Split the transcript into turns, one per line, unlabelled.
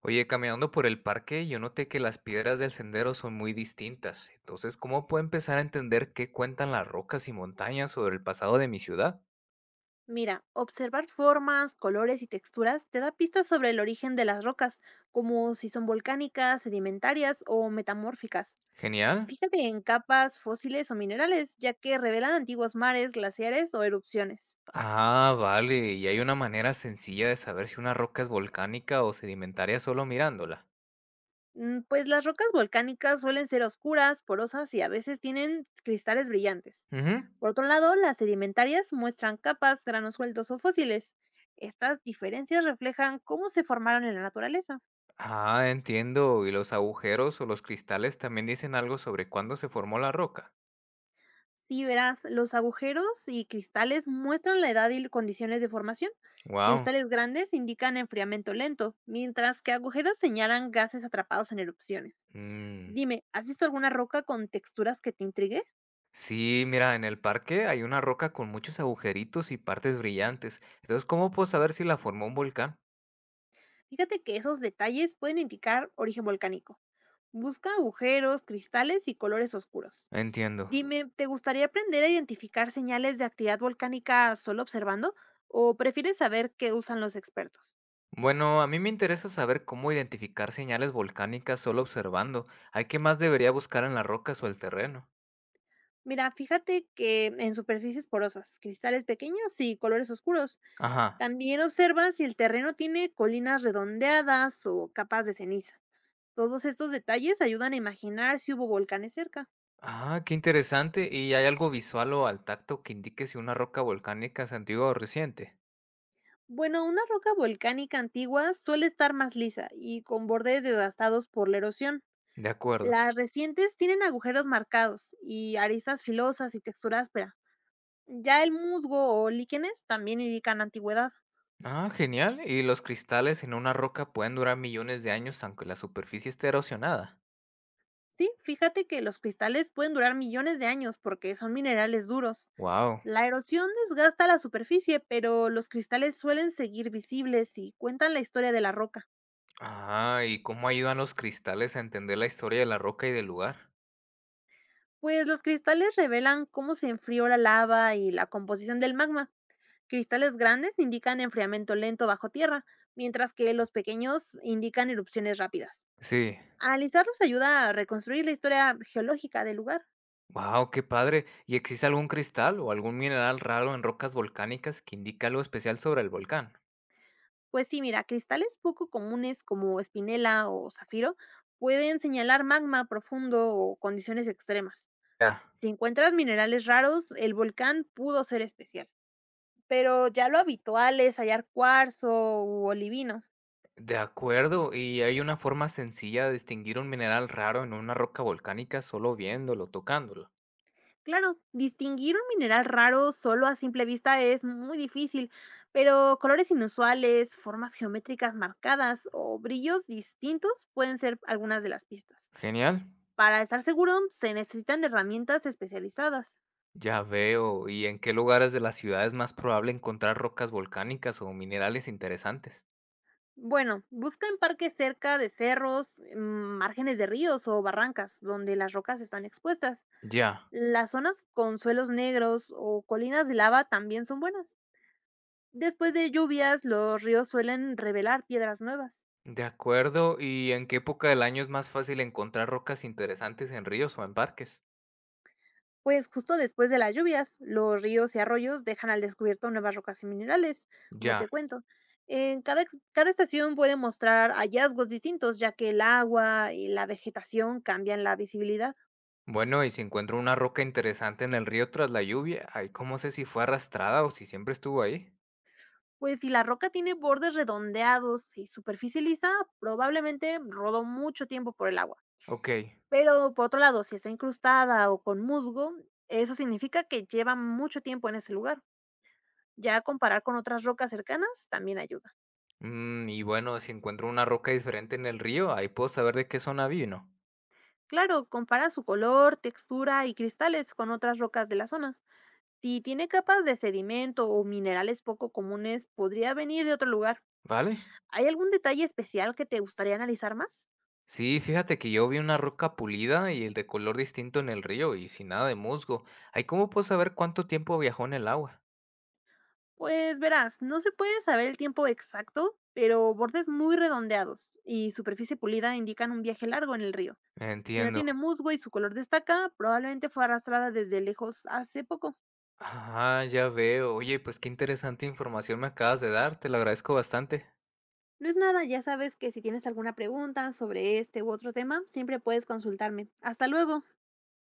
Oye, caminando por el parque, yo noté que las piedras del sendero son muy distintas. Entonces, ¿cómo puedo empezar a entender qué cuentan las rocas y montañas sobre el pasado de mi ciudad?
Mira, observar formas, colores y texturas te da pistas sobre el origen de las rocas, como si son volcánicas, sedimentarias o metamórficas.
Genial.
Fíjate en capas, fósiles o minerales, ya que revelan antiguos mares, glaciares o erupciones.
Ah, vale. ¿Y hay una manera sencilla de saber si una roca es volcánica o sedimentaria solo mirándola?
Pues las rocas volcánicas suelen ser oscuras, porosas y a veces tienen cristales brillantes.
Ujú.
Por otro lado, las sedimentarias muestran capas, granos sueltos o fósiles. Estas diferencias reflejan cómo se formaron en la naturaleza.
Ah, entiendo. ¿Y los agujeros o los cristales también dicen algo sobre cuándo se formó la roca?
Sí, verás, los agujeros y cristales muestran la edad y condiciones de formación.
Wow.
Cristales grandes indican enfriamiento lento, mientras que agujeros señalan gases atrapados en erupciones. Dime, ¿has visto alguna roca con texturas que te intrigue?
Sí, mira, en el parque hay una roca con muchos agujeritos y partes brillantes. Entonces, ¿cómo puedo saber si la formó un volcán?
Fíjate que esos detalles pueden indicar origen volcánico. Busca agujeros, cristales y colores oscuros.
Entiendo.
Dime, ¿te gustaría aprender a identificar señales de actividad volcánica solo observando o prefieres saber qué usan los expertos?
Bueno, a mí me interesa saber cómo identificar señales volcánicas solo observando. ¿Hay qué más debería buscar en las rocas o el terreno?
Mira, fíjate que en superficies porosas, cristales pequeños y colores oscuros.
Ajá.
También observa si el terreno tiene colinas redondeadas o capas de ceniza. Todos estos detalles ayudan a imaginar si hubo volcanes cerca.
Ah, qué interesante. ¿Y hay algo visual o al tacto que indique si una roca volcánica es antigua o reciente?
Bueno, una roca volcánica antigua suele estar más lisa y con bordes devastados por la erosión.
De acuerdo.
Las recientes tienen agujeros marcados y aristas filosas y textura áspera. Ya el musgo o líquenes también indican antigüedad.
Ah, genial. ¿Y los cristales en una roca pueden durar millones de años aunque la superficie esté erosionada?
Sí, fíjate que los cristales pueden durar millones de años porque son minerales duros.
Wow.
La erosión desgasta la superficie, pero los cristales suelen seguir visibles y cuentan la historia de la roca.
Ah, ¿y cómo ayudan los cristales a entender la historia de la roca y del lugar?
Pues los cristales revelan cómo se enfrió la lava y la composición del magma. Cristales grandes indican enfriamiento lento bajo tierra, mientras que los pequeños indican erupciones rápidas.
Sí.
Analizarlos ayuda a reconstruir la historia geológica del lugar.
Wow, qué padre. ¿Y existe algún cristal o algún mineral raro en rocas volcánicas que indique algo especial sobre el volcán?
Pues sí, mira, cristales poco comunes como espinela o zafiro pueden señalar magma profundo o condiciones extremas.
Ya.
Si encuentras minerales raros, el volcán pudo ser especial, pero ya lo habitual es hallar cuarzo u olivino.
De acuerdo, ¿y hay una forma sencilla de distinguir un mineral raro en una roca volcánica solo viéndolo, tocándolo?
Claro, distinguir un mineral raro solo a simple vista es muy difícil, pero colores inusuales, formas geométricas marcadas o brillos distintos pueden ser algunas de las pistas.
Genial.
Para estar seguro, se necesitan herramientas especializadas.
Ya veo, ¿y en qué lugares de la ciudad es más probable encontrar rocas volcánicas o minerales interesantes?
Bueno, busca en parques cerca de cerros, márgenes de ríos o barrancas donde las rocas están expuestas.
Ya.
Las zonas con suelos negros o colinas de lava también son buenas. Después de lluvias, los ríos suelen revelar piedras nuevas.
De acuerdo, ¿y en qué época del año es más fácil encontrar rocas interesantes en ríos o en parques?
Pues justo después de las lluvias, los ríos y arroyos dejan al descubierto nuevas rocas y minerales, como
Ya,
te cuento. Cada estación puede mostrar hallazgos distintos, ya que el agua y la vegetación cambian la visibilidad.
bueno, y si encuentro una roca interesante en el río tras la lluvia, ahí cómo sé si fue arrastrada o si siempre estuvo ahí.
Pues si la roca tiene bordes redondeados y superficie lisa, probablemente rodó mucho tiempo por el agua.
Ok,
Pero por otro lado, si está incrustada o con musgo, eso significa que lleva mucho tiempo en ese lugar. Ya comparar con otras rocas cercanas también ayuda.
y bueno, si encuentro una roca diferente en el río, ahí puedo saber de qué zona vino,
Claro, compara su color, textura y cristales con otras rocas de la zona. Si tiene capas de sedimento o minerales poco comunes, podría venir de otro lugar.
¿vale?
¿Hay algún detalle especial que te gustaría analizar más?
Sí, fíjate que yo vi una roca pulida y el de color distinto en el río y sin nada de musgo. Ahí cómo puedo saber cuánto tiempo viajó en el agua.
Pues verás, no se puede saber el tiempo exacto, pero bordes muy redondeados y superficie pulida indican un viaje largo en el río. Si no
Entiendo.
tiene musgo y su color destaca, probablemente fue arrastrada desde lejos hace poco.
Ah, ya veo. Oye, pues qué interesante información me acabas de dar, te lo agradezco bastante.
No es nada, ya sabes que si tienes alguna pregunta sobre este u otro tema, siempre puedes consultarme. Hasta luego.